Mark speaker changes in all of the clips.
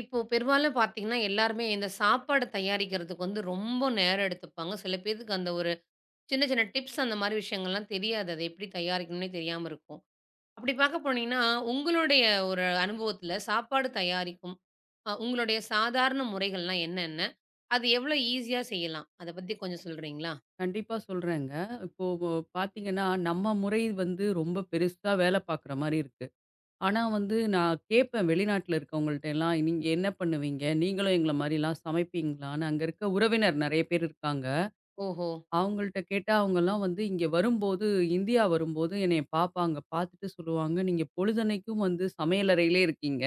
Speaker 1: இப்போ பெரும்பாலும் பார்த்தீங்கன்னா, எல்லாருமே இந்த சாப்பாடு தயாரிக்கிறதுக்கு வந்து ரொம்ப நேரம் எடுத்துப்பாங்க. சில பேத்துக்கு அந்த ஒரு சின்ன சின்ன டிப்ஸ் அந்த மாரி விஷயங்கள்லாம் தெரியாது. அத எப்படி தயாரிக்கணும்னே தெரியாம இருக்கும். அப்படி பார்க்க போனீங்கன்னா, உங்களுடைய ஒரு அனுபவத்துல சாப்பாடு தயாரிக்கும் உங்களுடைய சாதாரண முறைகள்லாம் என்னென்ன? அது எவ்வளோ ஈஸியா செய்யலாம்? அத பத்தி கொஞ்சம் சொல்றீங்களா?
Speaker 2: கண்டிப்பா சொல்றேங்க. இப்போ பார்த்தீங்கன்னா, நம்ம முறை வந்து ரொம்ப பெருசா வேலை பார்க்குற மாரி இருக்கு. ஆனா வந்து நான் கேட்பேன் வெளிநாட்ல இருக்கவங்கள்ட்டலாம், "நீங்க என்ன பண்ணுவீங்க? நீங்களும் எங்கள மாரிலாம் சமைப்பீங்களான்னு?" அங்க இருக்க உறவினர் நெறைய பேர் இருக்காங்க.
Speaker 1: ஓஹோ!
Speaker 2: அவங்கள்ட்ட கேட்டா அவங்கலாம் வந்து இங்க வரும்போது இந்தியா வரும்போது என்னைய பார்ப்பாங்க. பார்த்துட்டு சொல்லுவாங்க, "நீங்க பொழுதன்னைக்கும் வந்து சமையலறையிலே இருக்கீங்க.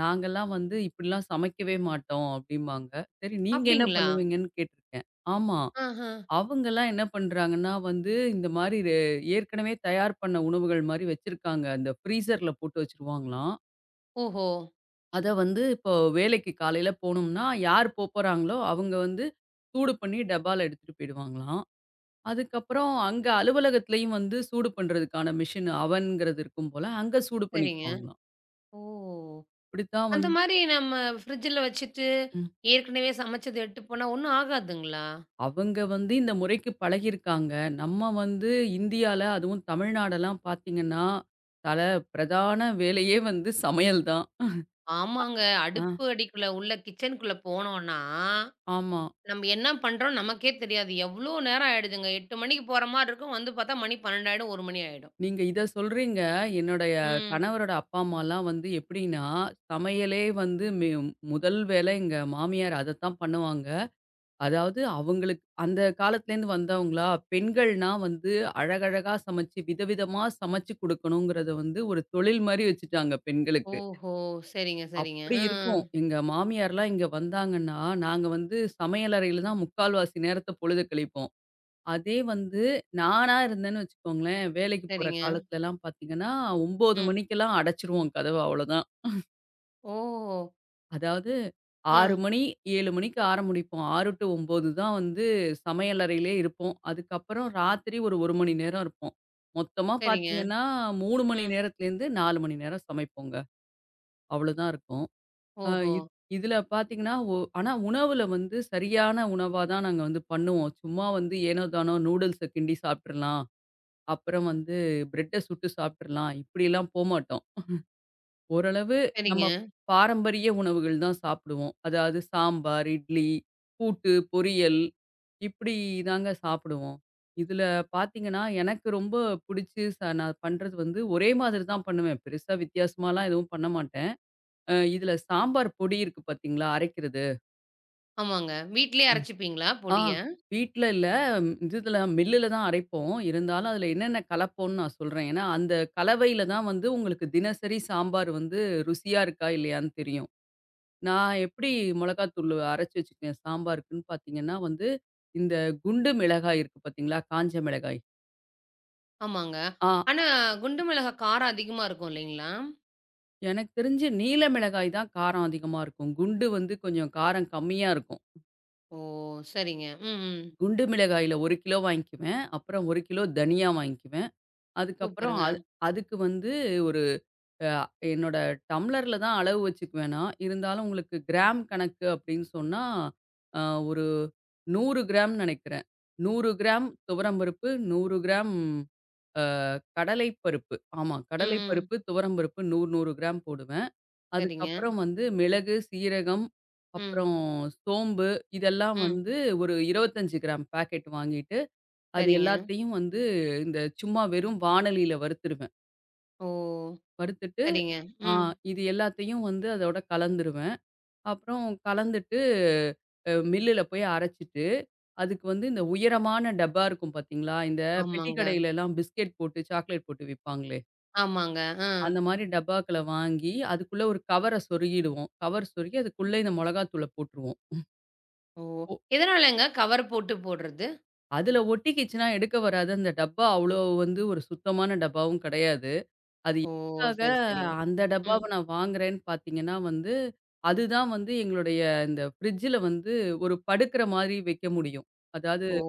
Speaker 2: நாங்கலாம் வந்து இப்படிலாம் சமைக்கவே மாட்டோம்." அப்படிம்பாங்க. சரி நீங்க என்ன
Speaker 1: அப்படிங்களா?
Speaker 2: பண்ணுவீங்கன்னு கேட்டுருக்கேன். ஆமா.
Speaker 1: ஆஹ.
Speaker 2: அவங்கலாம் என்ன பண்றாங்கன்னா வந்து, இந்த மாரி ஏற்கனவே தயார் பண்ண உணவுகள் மாரி வச்சிருக்காங்க. அந்த ஃப்ரீசர்ல போட்டு வச்சுருவாங்களாம்.
Speaker 1: ஓஹோ!
Speaker 2: அத வந்து இப்போ வேலைக்கு காலையில போனோம்னா, யார் போப்போறாங்களோ அவங்க வந்து சூடு பண்ணி டப்பால எடுத்துட்டு போயிடுவாங்களாம். அதுக்கப்புறம் அங்க அலுவலகத்திலயும் வந்து சூடு பண்றதுக்கான மிஷின் அவன்ங்கிறது இருக்கும் போல, அங்க சூடு
Speaker 1: சரிங்க.
Speaker 2: பண்ணிக்குவாங்களாம்.
Speaker 1: ஓ!
Speaker 2: இப்படித்தான்
Speaker 1: அந்த
Speaker 2: வந்து.
Speaker 1: மாரி நம்ம ஃப்ரிட்ஜ்ல வச்சுட்டு,
Speaker 2: ம்.
Speaker 1: ஏற்கனவே சமைச்சது எடுத்துட்டு போனா ஒண்ணும் ஆகாதுங்களா?
Speaker 2: அவங்க வந்து இந்த முறைக்கு பழகியிருக்காங்க. நம்ம வந்து இந்தியால, அதுவும் தமிழ்நாடெல்லாம் பார்த்தீங்கன்னா, தல பிரதான வேலையே வந்து சமையல் தான்.
Speaker 1: ஆமாங்க.
Speaker 2: ஆ.
Speaker 1: அடுப்பு அடிக்குள்ள உள்ள கிச்சனுக்குள்ள போனோம்னா,
Speaker 2: ஆமா.
Speaker 1: நம்ம என்ன பண்றோம்னு நமக்கே தெரியாது. எவ்ளோ நேரம் ஆயிடுதுங்க. 8 மணிக்கு போற மாரி இருக்கும். வந்து பார்த்தா மணி 12 ஆயிடும். 1 மணி ஆயிடும்.
Speaker 2: நீங்க இத சொல்றீங்க. என்னுடைய
Speaker 1: ம்.
Speaker 2: கணவரோட அப்பா, அம்மாலாம் வந்து எப்படின்னா, சமையலே வந்து முதல் வேலை எங்க மாமியார் அதத்தான் பண்ணுவாங்க. அதாவது அவங்களுக்கு அந்த காலத்துலேருந்து வந்தவங்களா, பெண்கள்னா வந்து அழகழகா சமைச்சு, விதவிதமா சமைச்சு குடுக்கணுங்கிறத வந்து ஒரு தொழில் மாரி வச்சுட்டாங்க பெண்களுக்கு.
Speaker 1: ஓஹோ! சரிங்க, சரிங்க.
Speaker 2: அப்படி
Speaker 1: அ, அ.
Speaker 2: இருக்கும். எங்க மாமியார்லாம் இங்க வந்தாங்கன்னா, நாங்க வந்து சமையலறையில தான் முக்கால்வாசி நேரத்த பொழுத கழிப்போம். அதே வந்து நானா இருந்தேன்னு வச்சுக்கோங்களேன், வேலைக்கு போற
Speaker 1: சரிங்க.
Speaker 2: காலத்துலலாம் பார்த்தீங்கன்னா, 9
Speaker 1: ம்.
Speaker 2: மணிக்கெல்லாம் அடைச்சுருவோம் கதவ அவ்வளோதான்.
Speaker 1: ஓஹோ!
Speaker 2: அதாவது
Speaker 1: அ.
Speaker 2: 6 மணி, 7 மணிக்கு ஆரம்பிப்போம். 6 டூ 9 தான் வந்து சமையலறையிலே இருப்போம். அதுக்கப்புறம் ராத்திரி ஒரு 1 மணி நேரம் இருப்போம். மொத்தமா
Speaker 1: சரிங்க.
Speaker 2: பார்த்தீங்கன்னா, 3 மணி
Speaker 1: ம்.
Speaker 2: நேரத்துலேருந்து 4 மணி நேரம் சமைப்போங்க. அவ்வளோதான் இருக்கும். ஆ
Speaker 1: ஓஹோ!
Speaker 2: இத் இதுல பார்த்தீங்கன்னா, ஆனா உணவுல வந்து சரியான உணவா தான் நாங்க வந்து பண்ணுவோம். சும்மா வந்து ஏனோ தானோ நூடுல்ஸ கிண்டி சாப்ட்டுறலாம். அப்புறம் வந்து பிரெட்ட சுட்டு சாப்ட்டுறலாம். இப்படிலாம் போமாட்டோம். ஓரளவு நம்ம
Speaker 1: சரிங்க.
Speaker 2: பாரம்பரிய உணவுகள் தான் சாப்பிடுவோம். அதாவது சாம்பார், இட்லி, கூட்டு, பொரியல் இப்படி தாங்க சாப்பிடுவோம். இதுல பார்த்தீங்கன்னா, எனக்கு ரொம்ப புடிச்சு நான் பண்றது வந்து ஒரே மாதிரி தான் பண்ணுவேன். பெருசா வித்தியாசமாலாம் எதுவும் பண்ண மாட்டேன். இதுல சாம்பார் பொடி இருக்கு பார்த்தீங்களா? அரைக்கிறது.
Speaker 1: ஆமாங்க. வீட்லயே அரைச்சுப்பீங்களா
Speaker 2: ஆ.
Speaker 1: பொடிய?
Speaker 2: வீட்ல இல்ல. ம், இதுல மில்லுல தான் அரைப்போம். இருந்தாலும் அதுல என்னென்ன கலப்போம்ன்னு நான் சொல்றேன். ஏன்னா, அந்த கலவையில தான் வந்து உங்களுக்கு தினசரி சாம்பார் வந்து ருசியா இருக்கா இல்லையான்னு தெரியும். நான் எப்படி மொளகாத்தூள் அரைச்சு வச்சுக்குவேன் சாம்பாருக்குன்னு பார்த்தீங்கன்னா வந்து, இந்த குண்டு மிளகாய் இருக்கு பார்த்தீங்களா? காஞ்ச மிளகாய்.
Speaker 1: ஆமாங்க.
Speaker 2: ஆ
Speaker 1: ஆனா, குண்டு மிளகாய் காரம் அதிகமா இருக்கும் இல்லைங்களா?
Speaker 2: எனக்கு தெரிஞ்சு நீல மிளகாய் தான் காரம் அதிகமா இருக்கும். குண்டு வந்து கொஞ்சம் காரம் கம்மியா இருக்கும்.
Speaker 1: ஓ! சரிங்க. ம், ம்.
Speaker 2: குண்டு மிளகாயில 1 கிலோ வாங்கிக்குவேன். அப்புறம் 1 கிலோ தனியா வாங்கிக்குவேன். அதுக்கப்புறம்
Speaker 1: சூப்பருங்க.
Speaker 2: அதுக்கு வந்து அ என்னோட டம்ளர்ல தான் அளவு வச்சுக்குவேன் நான். இருந்தாலும் உங்களுக்கு கிராம் கணக்கு அப்படின்னு சொன்னா, அ ஒரு 100 கிராம் நெனைக்கிறேன். 100 கிராம் துவரம் பருப்பு, 100 கிராம் அ கடலை பருப்பு. ஆமா,
Speaker 1: ம்,
Speaker 2: கடலை
Speaker 1: ம்.
Speaker 2: பருப்பு, துவரம் பருப்பு 100, 100 கிராம் போடுவேன்.
Speaker 1: சரிங்க.
Speaker 2: அதுக்கப்புறம் வந்து மிளகு, சீரகம்,
Speaker 1: ம்,
Speaker 2: அப்புறம் சோம்பு இதெல்லாம்
Speaker 1: ம்.
Speaker 2: வந்து ஒரு 25 கிராம் பாக்கெட் வாங்கிட்டு, அது
Speaker 1: சரிங்க.
Speaker 2: எல்லாத்தையும் வந்து இந்த சும்மா வெறும் வாணலியில வறுத்துருவேன்.
Speaker 1: ஓ!
Speaker 2: வறுத்துட்டு
Speaker 1: சரிங்க.
Speaker 2: ஆ
Speaker 1: ம்.
Speaker 2: இது எல்லாத்தையும் வந்து அதோட கலந்துருவேன். அப்புறம் கலந்துட்டு மில்லுல போய் அரைச்சுட்டு, அதுக்கு வந்து இந்த உயரமான டப்பா இருக்கும் பார்த்தீங்களா? இந்த பெட்டி
Speaker 1: ஆமாங்க,
Speaker 2: கடையிலலாம் பிஸ்கெட் போட்டு, சாக்லேட் போட்டு விப்பாங்களே!
Speaker 1: ஆமாங்க. ஆ.
Speaker 2: அந்த மாரி டப்பாக்கள வாங்கி, அதுக்குள்ள ஒரு கவர சொருகிடுவோம். கவர் சொருகி அதுக்குள்ள இந்த மொளகாத்தூள போட்டுருவோம்.
Speaker 1: ஓ!
Speaker 2: ஒ
Speaker 1: எதனாலங்க கவர் போட்டு போடுறது?
Speaker 2: அதில ஒட்டிக்கிச்சுன்னா எடுக்க வராது. அந்த டப்பா அவ்வளோ வந்து ஒரு சுத்தமான டப்பாவும் கிடையாது. அது
Speaker 1: ஓ!
Speaker 2: எதுக்காக
Speaker 1: சரி, சரிங்க.
Speaker 2: அந்த டப்பாவ
Speaker 1: ம்.
Speaker 2: நான் வாங்குறேன்னு பார்த்தீங்கன்னா வந்து, அதுதான் வந்து எங்களுடைய இந்த ஃப்ரிட்ஜில வந்து ஒரு படுக்கிற மாரி வைக்க முடியும். அதாவது
Speaker 1: ஓ!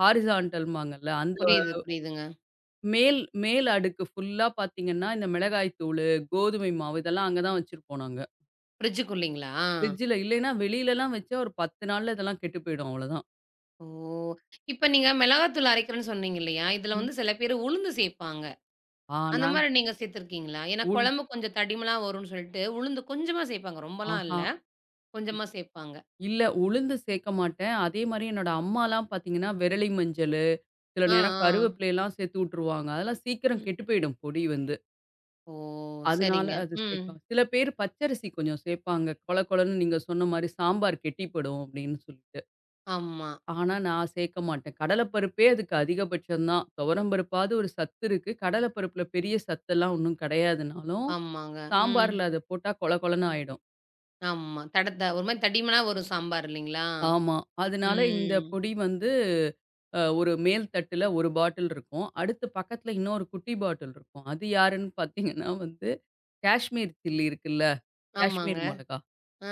Speaker 2: ஹாரிசான்டல்ம்பாங்கல்ல, அந்த
Speaker 1: புரியுது, புரியுதுங்க.
Speaker 2: மேல் மேல் அடுக்கு ஃபுல்லா பார்த்தீங்கன்னா, இந்த மிளகாய் தூளு, கோதுமை மாவு இதெல்லாம் அங்க தான் வச்சிருப்போம் நாங்க.
Speaker 1: ஃப்ரிட்ஜுக்குள்ளீங்களா?
Speaker 2: ஃப்ரிட்ஜில இல்லைன்னா வெளியிலலாம் வச்சா ஒரு 10 நாள்ல இதெல்லாம் கெட்டு போயிடும் அவ்வளோதான்.
Speaker 1: ஓ! இப்ப நீங்க மிளகாத்தூள் அரைக்கிறேன்னு சொன்னீங்க இல்லையா? இதுல
Speaker 2: ம்.
Speaker 1: வந்து சில பேரு உளுந்து சேர்ப்பாங்க. அந்த
Speaker 2: ஆனா,
Speaker 1: மாரி நீங்க சேர்த்துருக்கீங்களா? ஏன்னா
Speaker 2: உள்
Speaker 1: குழம்பு கொஞ்சம் தடிமனா வரும்ன்னு சொல்லிட்டு உளுந்து கொஞ்சமா சேர்ப்பாங்க. ரொம்பலாம் இல்ல.
Speaker 2: ஆஹா.
Speaker 1: கொஞ்சமா சேர்ப்பாங்க.
Speaker 2: இல்ல உளுந்து சேர்க்க மாட்டேன். அதே மாரி என்னோட அம்மாலாம் பார்த்தீங்கன்னா, விரலி மஞ்சள் சில
Speaker 1: ஆ,
Speaker 2: நேரம்
Speaker 1: ஆ.
Speaker 2: கருவேப்பிலைலாம் சேர்த்து விட்டுருவாங்க. அதெல்லாம் சீக்கிரம்
Speaker 1: ம்.
Speaker 2: கெட்டு போயிடும் பொடி வந்து.
Speaker 1: ஓ!
Speaker 2: அதனால
Speaker 1: சரிங்க.
Speaker 2: அது
Speaker 1: ம்.
Speaker 2: சேர்க்காம சில பேர் பச்சரிசி கொஞ்சம் சேர்ப்பாங்க. கொழ கொழன்னு நீங்க சொன்ன மாரி சாம்பார் கெட்டிப்படும் அப்படின்னு சொல்லிட்டு.
Speaker 1: ஆமா,
Speaker 2: ஆனா நான் சேர்க்க மாட்டேன். கடல பருப்பே அதுக்கு அதிகபட்சம் தான். துவரம் பருப்பாவது ஒரு சத்து இருக்கு. கடல பருப்புல பெரிய சத்தெல்லாம் ஒண்ணும் கிடையாதுனாலும்,
Speaker 1: ஆமாங்க. ம்.
Speaker 2: சாம்பார்ல அத போட்டா கொழ கொழன்னு ஆயிடும்.
Speaker 1: ஆமா. தடத்த ஒரு மாரி தடிமனா வரும் சாம்பார் இல்லைங்களா?
Speaker 2: ஆமா. அதனால இந்த
Speaker 1: ம்.
Speaker 2: பொடி வந்து ஒரு மேல் தட்டுல ஒரு பாட்டில் இருக்கும். அடுத்து பக்கத்துல இன்னொரு குட்டி பாட்டில் இருக்கும். அது யாருன்னு பார்த்தீங்கன்னா வந்து, காஷ்மீர் சில்லி இருக்குல்ல,
Speaker 1: ஆமாங்க.
Speaker 2: காஷ்மீர் மொளகா.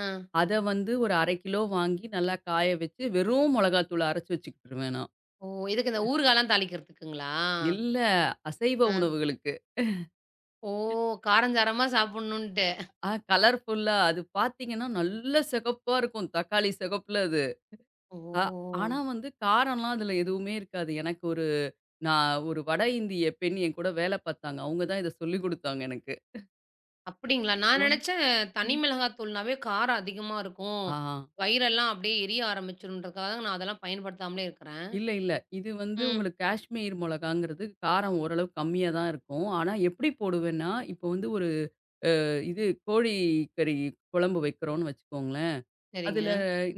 Speaker 1: ஆ.
Speaker 2: அத வந்து ஒரு 1/2 கிலோ வாங்கி நல்லா காய வச்சு, வெறும் மொளகாத்தூள அரைச்சு வச்சுக்கிட்டுருவேன் நான்.
Speaker 1: ஓ! எதுக்கு இந்த ஊறுகாலாம் தாளிக்கிறதுக்குங்களா?
Speaker 2: இல்ல அசைவ
Speaker 1: ஆ.
Speaker 2: உணவுகளுக்கு.
Speaker 1: ஓ! காரஞ்சாரமா சாப்பிடணுன்ட்டு.
Speaker 2: ஆ கலர்ஃபுல்லா அது பார்த்தீங்கன்னா, நல்ல சிகப்பா இருக்கும். தக்காளி சிகப்புல அது.
Speaker 1: ஓ!
Speaker 2: அ ஆனா வந்து காரம்லாம் அதுல எதுவுமே இருக்காது. எனக்கு ஒரு நான் ஒரு வட இந்திய பெண் என் கூட வேலை பார்த்தாங்க. அவங்க தான் இத சொல்லிக் குடுத்தாங்க எனக்கு.
Speaker 1: அப்படிங்களா? நான்
Speaker 2: ஆ.
Speaker 1: நெனச்சேன் தனி
Speaker 2: ம்.
Speaker 1: மிளகாய் தூள்னாவே காரம் அதிகமா இருக்கும்.
Speaker 2: ஆ.
Speaker 1: வயிறெல்லாம் அப்படியே எரிய ஆரம்பிச்சுருன்றதுக்காக நான் அதெல்லாம் பயன்படுத்தாமலே இருக்கிறேன்.
Speaker 2: இல்ல, இல்ல. இது வந்து
Speaker 1: ம்.
Speaker 2: உங்களுக்கு காஷ்மீர் மொளகாங்கிறது காரம் ஓரளவு கம்மியா தான் இருக்கும். ஆனா எப்படி போடுவேன்னா, இப்போ வந்து ஒரு இது கோழி கறி குழம்பு வைக்கிறோம்னு வச்சுக்கோங்களேன்.
Speaker 1: சரிங்க,
Speaker 2: அதுல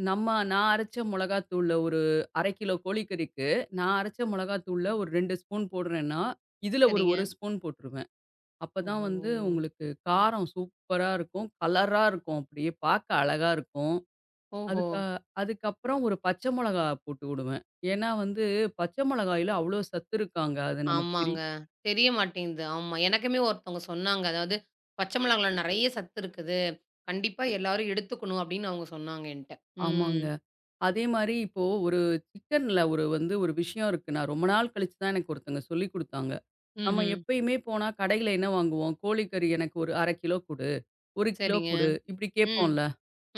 Speaker 2: நம்ம நான் அரைச்ச மொளகாத்தூள்ல ஒரு 1/2 கிலோ கோழிக்கறிக்கு, நான் அரைச்ச மொளகாத்தூள்ல ஒரு 2 ஸ்பூன் போடுறேன்னா, இதுல ஒரு
Speaker 1: சரிங்க.
Speaker 2: 1 ஸ்பூன் போட்டுருவேன். அப்பதான் வந்து
Speaker 1: ஓ!
Speaker 2: உங்களுக்கு காரம் சூப்பரா இருக்கும். கலரா இருக்கும். அப்படியே பார்க்க அழகா இருக்கும்.
Speaker 1: ஓஹோ!
Speaker 2: அதுக்கு அதுக்கப்புறம் ஒரு பச்சை மொளகா போட்டு விடுவேன். ஏன்னா வந்து பச்சை மொளகாயில அவ்வளோ சத்து இருக்காங்க. அது நமக்கு
Speaker 1: ஆமாங்க.
Speaker 2: தெரியும்.
Speaker 1: தெரிய மாட்டேங்குது. ஆமா. எனக்குமே ஒருத்தவங்க சொன்னாங்க. அதாவது, "பச்சை மிளகாய்ல நெறைய சத்து இருக்குது. கண்டிப்பா எல்லாரும் எடுத்துக்கணும்." அப்படின்னு அவங்க சொன்னாங்க என்ட்ட. ம்.
Speaker 2: ஆமாங்க. அதே மாரி இப்போ ஒரு சிக்கன்ல ஒரு வந்து ஒரு விஷயம் இருக்கு. நான் ரொம்ப நாள் கழிச்சு தான் எனக்கு ஒருத்தங்க சொல்லிக் குடுத்தாங்க. நம்ம
Speaker 1: ம்ஹ்ம்.
Speaker 2: எப்பயுமே போனா கடையில என்ன வாங்குவோம்? கோழிக்கறி எனக்கு ஒரு 1/2 கிலோ குடு, 1 கிலோ
Speaker 1: சரிங்க.
Speaker 2: குடு இப்படி
Speaker 1: ம்.
Speaker 2: கேட்போம்ல.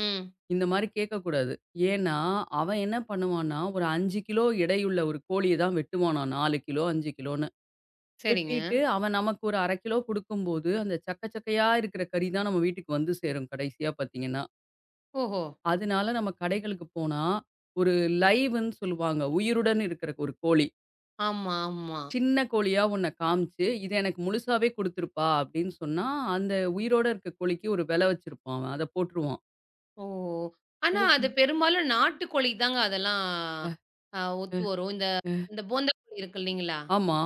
Speaker 1: ம்.
Speaker 2: இந்த மாரி கேட்கக்கூடாது. ஏன்னா, அவன் என்ன பண்ணுவான்னா, ஒரு 5 கிலோ எடையுள்ள ஒரு கோழிய தான் வெட்டுவானாம். 4 கிலோ, 5 கிலோன்னு.
Speaker 1: சரிங்க.
Speaker 2: வெட்டிட்டு அவன் நமக்கு ஒரு 1/2 கிலோ குடுக்கும்போது, அந்த சக்க சக்கையா இருக்கிற கறி தான் நம்ம வீட்டுக்கு வந்து சேரும் கடைசியா பார்த்தீங்கன்னா.
Speaker 1: ஓஹோ!
Speaker 2: அதனால நம்ம கடைகளுக்கு போனா, ஒரு லைவ்ன்னு சொல்லுவாங்க. உயிருடன் இருக்கிற ஒரு கோழி.
Speaker 1: ஆமா, ஆமா.
Speaker 2: சின்ன கோழியா ஒண்ண காமிச்சு, "இத எனக்கு முழுசாவே குடுத்துருப்பா" அப்படின்னு சொன்னா, அந்த உயிரோட இருக்க கோழிக்கு ஒரு விலை வச்சிருப்பான் அவன். அத போட்டுருவான்.
Speaker 1: ஓ! ஆனா,
Speaker 2: ஓ!
Speaker 1: அது பெரும்பாலும் நாட்டுக்கோழி தாங்க அதெல்லாம்
Speaker 2: அ, அ,
Speaker 1: ஒத்து வரும். இந்த
Speaker 2: அ.
Speaker 1: இந்த போந்தா கோழி இருக்கு இல்லைங்களா?
Speaker 2: ஆமா.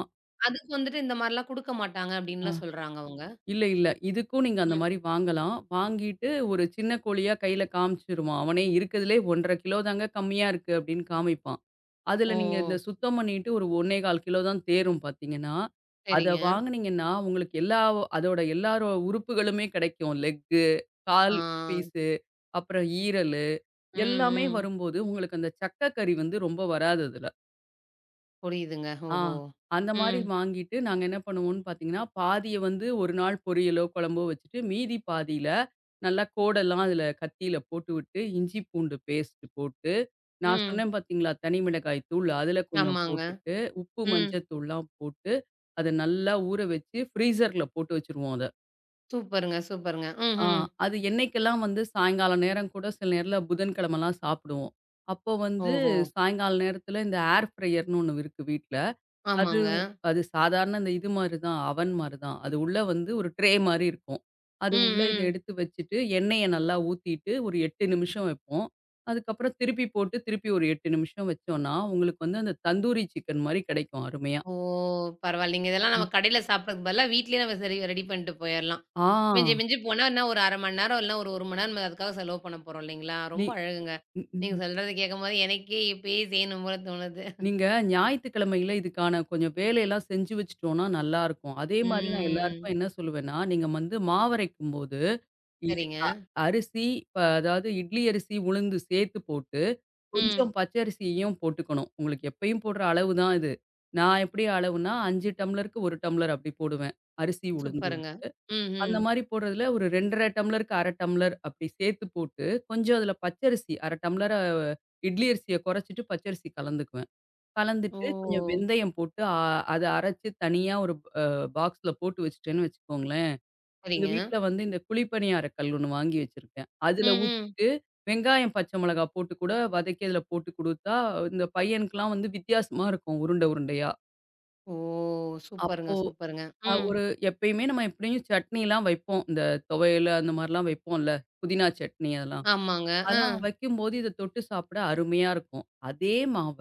Speaker 1: அதுக்கு வந்துட்டு இந்த மாரிலாம் குடுக்க மாட்டாங்க
Speaker 2: ஆ.
Speaker 1: அப்படின்லாம் சொல்றாங்க அவங்க.
Speaker 2: இல்ல, இல்ல. இதுக்கும் நீங்க அந்த
Speaker 1: ம்.
Speaker 2: மாரி வாங்கலாம். வாங்கிட்டு ஒரு சின்ன கோழியா கையில காமிச்சுருவான். அவனே இருக்கிறதுலே 1 1/2 கிலோ தாங்க கம்மியா இருக்கு அப்படின்னு காமிப்பான்.
Speaker 1: ஓ!
Speaker 2: அதுல நீங்க இந்த சுத்தம் பண்ணிட்டு ஒரு 1 1/4 கிலோ தான் தேரும் பார்த்தீங்கன்னா, அத
Speaker 1: சரிங்க.
Speaker 2: வாங்குனீங்கன்னா உங்களுக்கு எல்லா அதோட எல்லாரோ உறுப்புகளுமே கிடைக்கும். லெக்கு,
Speaker 1: ஆ.
Speaker 2: கால் பீஸு, அப்புறம் ஈரலு
Speaker 1: ம்,
Speaker 2: எல்லாமே
Speaker 1: ம்.
Speaker 2: வரும்போது உங்களுக்கு அந்த சக்க கறி வந்து ரொம்ப வராது அதுல.
Speaker 1: புரியுதுங்க.
Speaker 2: ஆ.
Speaker 1: ஓஹோ!
Speaker 2: அந்த மாரி
Speaker 1: ம்,
Speaker 2: வாங்கிட்டு நாங்க என்ன பண்ணுவோம்ன்னு பார்த்தீங்கன்னா, பாதிய வந்து ஒரு நாள் பொரியலோ, குழம்போ வச்சுட்டு, மீதி பாதியில நல்லா கோடெல்லாம் அதில கத்தியில போட்டு விட்டு, இஞ்சி பூண்டு பேஸ்ட் போட்டு, நான்
Speaker 1: ம்.
Speaker 2: சொன்னேன் பார்த்தீங்களா, தனி மிளகாய் தூள் அதில கொஞ்சம்
Speaker 1: ஆமாங்க.
Speaker 2: போட்டுட்டு, உப்பு
Speaker 1: ம்.
Speaker 2: மஞ்சத்தூள்லாம் போட்டு, அத நல்லா ஊற வச்சு ஃப்ரீசர்ல போட்டு வச்சுருவோம் அத.
Speaker 1: சூப்பருங்க, சூப்பருங்க.
Speaker 2: ஆ
Speaker 1: ம்ஹ்ம்.
Speaker 2: அது என்னைக்கெல்லாம் வந்து சாயங்காலம் நேரம் கூட சில நேரம்ல புதன்கிழமலாம் சாப்பிடுவோம். அப்போ வந்து
Speaker 1: ஓஹோ!
Speaker 2: சாயங்கால நேரத்தில இந்த ஏர் ஃப்ரையர்ன்னு ஒண்ணு இருக்கு வீட்ல. அது
Speaker 1: ஆமாங்க.
Speaker 2: அது சாதாரண அந்த இது மாரி தான், அவன் மாரி தான். அது உள்ள வந்து ஒரு ட்ரே மாரி இருக்கும். அது
Speaker 1: ம்,
Speaker 2: உள்ள இத
Speaker 1: ம்.
Speaker 2: எடுத்து வச்சுட்டு, எண்ணெய நல்லா ஊத்திட்டு, ஒரு 8 நிமிஷம் வைப்போம். அதுக்கப்புறம் திருப்பி போட்டு, திருப்பி ஒரு 8 நிமிஷம் வச்சோம்னா, உங்களுக்கு வந்து அந்த தந்தூரி சிக்கன் மாரி கிடைக்கும் அருமையா.
Speaker 1: ஓ! பரவாயில்லைங்க. இதெல்லாம் நம்ம கடையில சாப்பிடறதுக்கு பதிலா வீட்லயே நம்ம சரி ரெடி பண்ணிட்டு போயிரலாம்.
Speaker 2: ஆ
Speaker 1: மிஞ்சி மிஞ்சி போனா என்ன ஒரு 1/2 மணி நேரம் இல்ல ஒரு 1 மணி நேரம் நம்ம அதுக்காக செலவு பண்ண போறோம் இல்லைங்களா?
Speaker 2: நீ
Speaker 1: ரொம்ப அழகுங்க.
Speaker 2: ம்
Speaker 1: நீங்க
Speaker 2: ம்.
Speaker 1: சொல்றத கேட்கும்போது எனக்கே இப்பயே செய்யணும் போல தோணுது.
Speaker 2: நீங்க ஞாயித்துக்கிழமையில இதுக்கான கொஞ்சம் வேலையெல்லாம் செஞ்சு வச்சுட்டோம்னா நல்லாருக்கும். அதே மாரி நான் எல்லாருக்கும்
Speaker 1: ம்.
Speaker 2: என்ன சொல்லுவேன்னா, நீங்க வந்து மாவரைக்கும்போது, இ அ
Speaker 1: சரிங்க.
Speaker 2: அரிசி, இப்ப அதாவது இட்லி அரிசி, உளுந்து சேர்த்து போட்டு
Speaker 1: ம்.
Speaker 2: கொஞ்சம் பச்சரிசியும் போட்டுக்கணும். உங்களுக்கு எப்பயும் போடுற அளவு தான் இது. நான் எப்படி அளவுனா 5 டம்ளருக்கு 1 டம்ளர் அப்படி போடுவேன். அரிசி, உளுந்து.
Speaker 1: சூப்பருங்க.
Speaker 2: அந்த
Speaker 1: ம்ஹ்ம்.
Speaker 2: மாரி போடுறதுல ஒரு 2 1/2 டம்ளருக்கு 1/2 டம்ளர் அப்படி சேர்த்து போட்டு, கொஞ்சம் அதில பச்சரிசி 1/2 டம்ளர இட்லி அரிசிய குறைச்சிட்டு பச்சரிசி கலந்துக்குவேன்.
Speaker 1: ஓ!
Speaker 2: கலந்துட்டு கொஞ்சம் வெந்தயம் போட்டு, அத அரைச்சு தனியா ஒரு அ பாக்ஸ்ல போட்டு வச்சுட்டேன்னு வச்சுக்கோங்களேன். எங்க
Speaker 1: சரிங்க.
Speaker 2: வீட்ல வந்து இந்த குழிப்பணியார கல் ஒண்ணு வாங்கி வச்சிருக்கேன். அதுல
Speaker 1: ம், ம்.
Speaker 2: ஊத்திட்டு, வெங்காயம், பச்சை மிளகா போட்டு கூட வதக்கி அதுல போட்டு குடுத்தா, இந்த பையனுக்குலாம் வந்து வித்தியாசமா இருக்கும் உருண்டை உருண்டையா.
Speaker 1: ஓ! சூப்பருங்க,
Speaker 2: அப்போ
Speaker 1: சூப்பருங்க. ம்.
Speaker 2: ஒரு எப்பயுமே நம்ம எப்படியும் சட்னிலாம் வைப்போம். இந்த துவையல் அந்த மாரிலாம் வைப்போம்ல. புதினா சட்னி அதெல்லாம்.
Speaker 1: ஆமாங்க. அ.
Speaker 2: ஆனா, வைக்கும்போது இத தொட்டு சாப்பிட அருமையா இருக்கும். அதே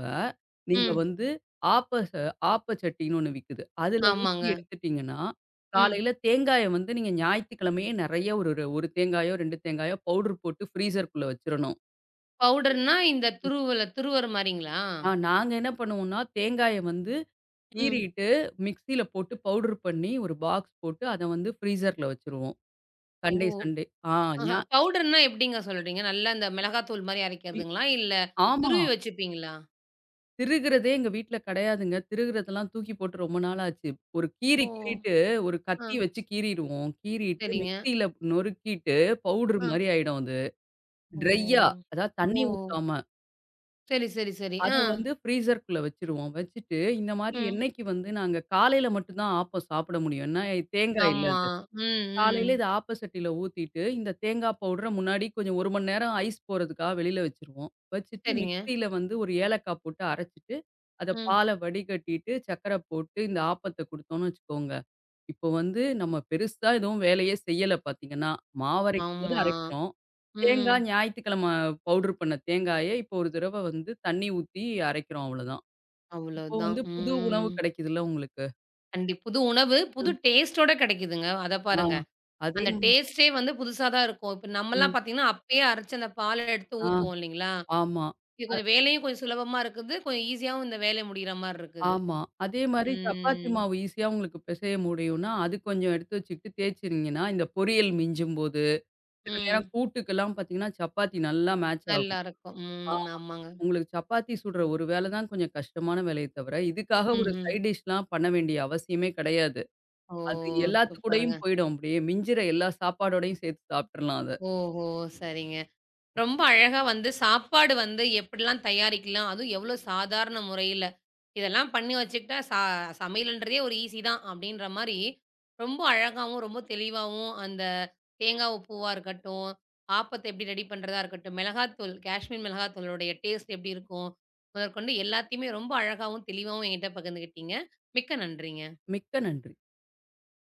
Speaker 2: நீங்க
Speaker 1: ம்.
Speaker 2: வந்து ஆப்ப ச ஆப்ப சட்டின்னு ஒண்ணு விக்குது. அதுல ஊத்தி
Speaker 1: ஆமாங்க.
Speaker 2: எடுத்துட்டீங்கன்னா,
Speaker 1: ம்.
Speaker 2: காலையில தேங்காய வந்து நீங்க ஞாயித்துக்கிழமையே நெறைய ஒரு ஒரு 1 தேங்காயோ, 2 தேங்காயோ பவுடர் போட்டு ஃப்ரீசர்க்குள்ள வச்சுரணும்.
Speaker 1: பவுடர்ன்னா இந்த துருவல துருவுற மாரிங்களா?
Speaker 2: நாங்க என்ன பண்ணுவோம்னா, தேங்காய வந்து
Speaker 1: ம்.
Speaker 2: கீறிட்டு, மிக்ஸியில போட்டு பவுடர் பண்ணி ஒரு பாக்ஸ் போட்டு, அத வந்து ஃப்ரீசர்ல வச்சுருவோம்.
Speaker 1: ஓ!
Speaker 2: Sunday, Sunday. ஆ
Speaker 1: ஆஹா.
Speaker 2: ஞா
Speaker 1: பவுடர்ன்னா எப்படிங்க சொல்றீங்க? நல்லா இந்த மிளகாத்தூள் மாரி
Speaker 2: வி
Speaker 1: அரைக்கிறதுங்களா? இல்ல
Speaker 2: ஆமா.
Speaker 1: துருவி வச்சுப்பீங்களா?
Speaker 2: திருகுறதே எங்க வீட்ல கிடையாதுங்க. திருகுறதெல்லாம் தூக்கி போட்டு ரொம்ப நாள் ஆச்சு. ஒரு கீறி
Speaker 1: ஓ!
Speaker 2: கீறிட்டு ஒரு
Speaker 1: ஆ.
Speaker 2: கத்தி வச்சு கீறிருவோம். கீறிட்டு
Speaker 1: சரிங்க.
Speaker 2: மிக்ஸியில நொறுக்கிட்டு பவுடர்
Speaker 1: ஆ.
Speaker 2: மாரி ஆயிடும் அது. ட்ரையா
Speaker 1: ஓ!
Speaker 2: அதாவது
Speaker 1: ஓ!
Speaker 2: தண்ணி ஊத்தாம.
Speaker 1: சரி, சரி, சரி.
Speaker 2: அத
Speaker 1: ஆ.
Speaker 2: வந்து ஃப்ரீசர்க்குள்ள வச்சுருவோம். வச்சுட்டு இந்த மாரி
Speaker 1: ம்.
Speaker 2: என்னைக்கு வந்து நாங்க காலையில மட்டும் தான் ஆப்பம் சாப்பிட முடியும். ஏன்னா தேங்காய் இல்ல.
Speaker 1: ஆமா. ம், ம்.
Speaker 2: காலையில இத ஆப்பசட்டியில ஊத்திட்டு, இந்த தேங்காய் பவுடர முன்னாடி கொஞ்சம் 1 மணி நேரம் ஐஸ் போறதுக்காக வெளியில வச்சுருவோம். வச்சுட்டு
Speaker 1: சரிங்க.
Speaker 2: மிக்ஸியில வந்து ஒரு ஏலக்காய் போட்டு அரைச்சுட்டு, அத
Speaker 1: ம்.
Speaker 2: பால வடிகட்டிட்டு, சர்க்கர போட்டு இந்த ஆப்பத்த குடுத்தோம்னு வச்சுக்கோங்க. இப்போ வந்து நம்ம பெருசா எதுவும் வேலையே செய்யல பார்த்தீங்கன்னா, மாவரைக்கும்போது
Speaker 1: ஆமா.
Speaker 2: அரைக்கிறோம்.
Speaker 1: ம்.
Speaker 2: தேங்காய் ஞாயித்துக்கிழம பவுடர் பண்ண தேங்காய இப்போ ஒரு தடவ வந்து தண்ணி ஊத்தி அரைக்கிறோம் அவ்வளோதான். இப்போ
Speaker 1: அவ்வளோதான்.
Speaker 2: வந்து புது உணவு
Speaker 1: ம்.
Speaker 2: கிடைக்குதுல்ல உங்களுக்கு.
Speaker 1: அண்டி புது உணவு,
Speaker 2: அ.
Speaker 1: புது டேஸ்ட்டோட கிடைக்குதுங்க. அத
Speaker 2: ஆ.
Speaker 1: பாருங்க.
Speaker 2: அதே
Speaker 1: அந்த டேஸ்ட்டே வந்து புதுசா தான் இருக்கும். இப்ப நம்மலாம்
Speaker 2: ம்.
Speaker 1: பார்த்தீங்கன்னா, அப்பயே அரைச்சு அந்த பால எடுத்து
Speaker 2: ஆ.
Speaker 1: ஊத்துவோம் இல்லைங்களா?
Speaker 2: ஆமா.
Speaker 1: இது கொஞ்சம் வேலையும் கொஞ்சம் சுலபமா இருக்குது. கொஞ்சம் ஈஸியாவும் இந்த வேலை முடியிற மாரி இருக்குது.
Speaker 2: ஆமா. அதே மாரி சப்பாத்தி
Speaker 1: ம்.
Speaker 2: மாவு ஈஸியா உங்களுக்கு பிசைய முடியும்னா, அது கொஞ்சம் எடுத்து வச்சுக்கிட்டு தேய்ச்சினீங்கன்னா, இந்த பொரியல் மிஞ்சும்போது, சில நேரம்
Speaker 1: ம்.
Speaker 2: கூட்டுக்கெல்லாம் பார்த்தீங்கன்னா, சப்பாத்தி நல்லா மேட்ச் ஆகும்.
Speaker 1: நல்லாருக்கும்.
Speaker 2: ஆ
Speaker 1: ம். ஆமாங்க.
Speaker 2: உங்களுக்கு சப்பாத்தி சுடுற ஒரு வேலை தான் கொஞ்சம் கஷ்டமான வேலையே தவிர, இதுக்காக ஒரு
Speaker 1: ம்ஹ்ம்.
Speaker 2: சைட் டிஷ்லாம் பண்ண வேண்டிய அவசியமே கிடையாது.
Speaker 1: ஓ!
Speaker 2: அது எல்லாத்து
Speaker 1: சூப்பருங்க.
Speaker 2: கூடயும் போயிடும். அப்படியே மிஞ்சுற எல்லா சாப்பாடோடையும் சேர்த்து சாப்ட்டுறலாம் அத.
Speaker 1: ஓஹோ! சரிங்க. ரொம்ப அழகா வந்து சாப்பாடு வந்து எப்படிலாம் தயாரிக்கலாம், அதுவும் எவ்வளோ சாதாரண முறையில, இதெல்லாம் பண்ணி வச்சுக்கிட்டா சமையல்ன்றதே ஒரு ஈஸி தான் அப்படின்ற மாரி, ரொம்ப அழகாவும், ரொம்ப தெளிவாவும் அந்த தேங்காய் பூவா இருக்கட்டும், ஆப்பத்த எப்படி ரெடி பண்றதா இருக்கட்டும், மிளகாத்தூள், காஷ்மீர் மிளகாத்தூளுடைய டேஸ்ட் எப்படி இருக்கும், முதற்கொண்டு எல்லாத்தையுமே ரொம்ப அழகாவும், தெளிவாவும் என்கிட்ட பகிர்ந்துக்கிட்டீங்க. மிக்க நன்றிங்க.
Speaker 2: மிக்க நன்றி.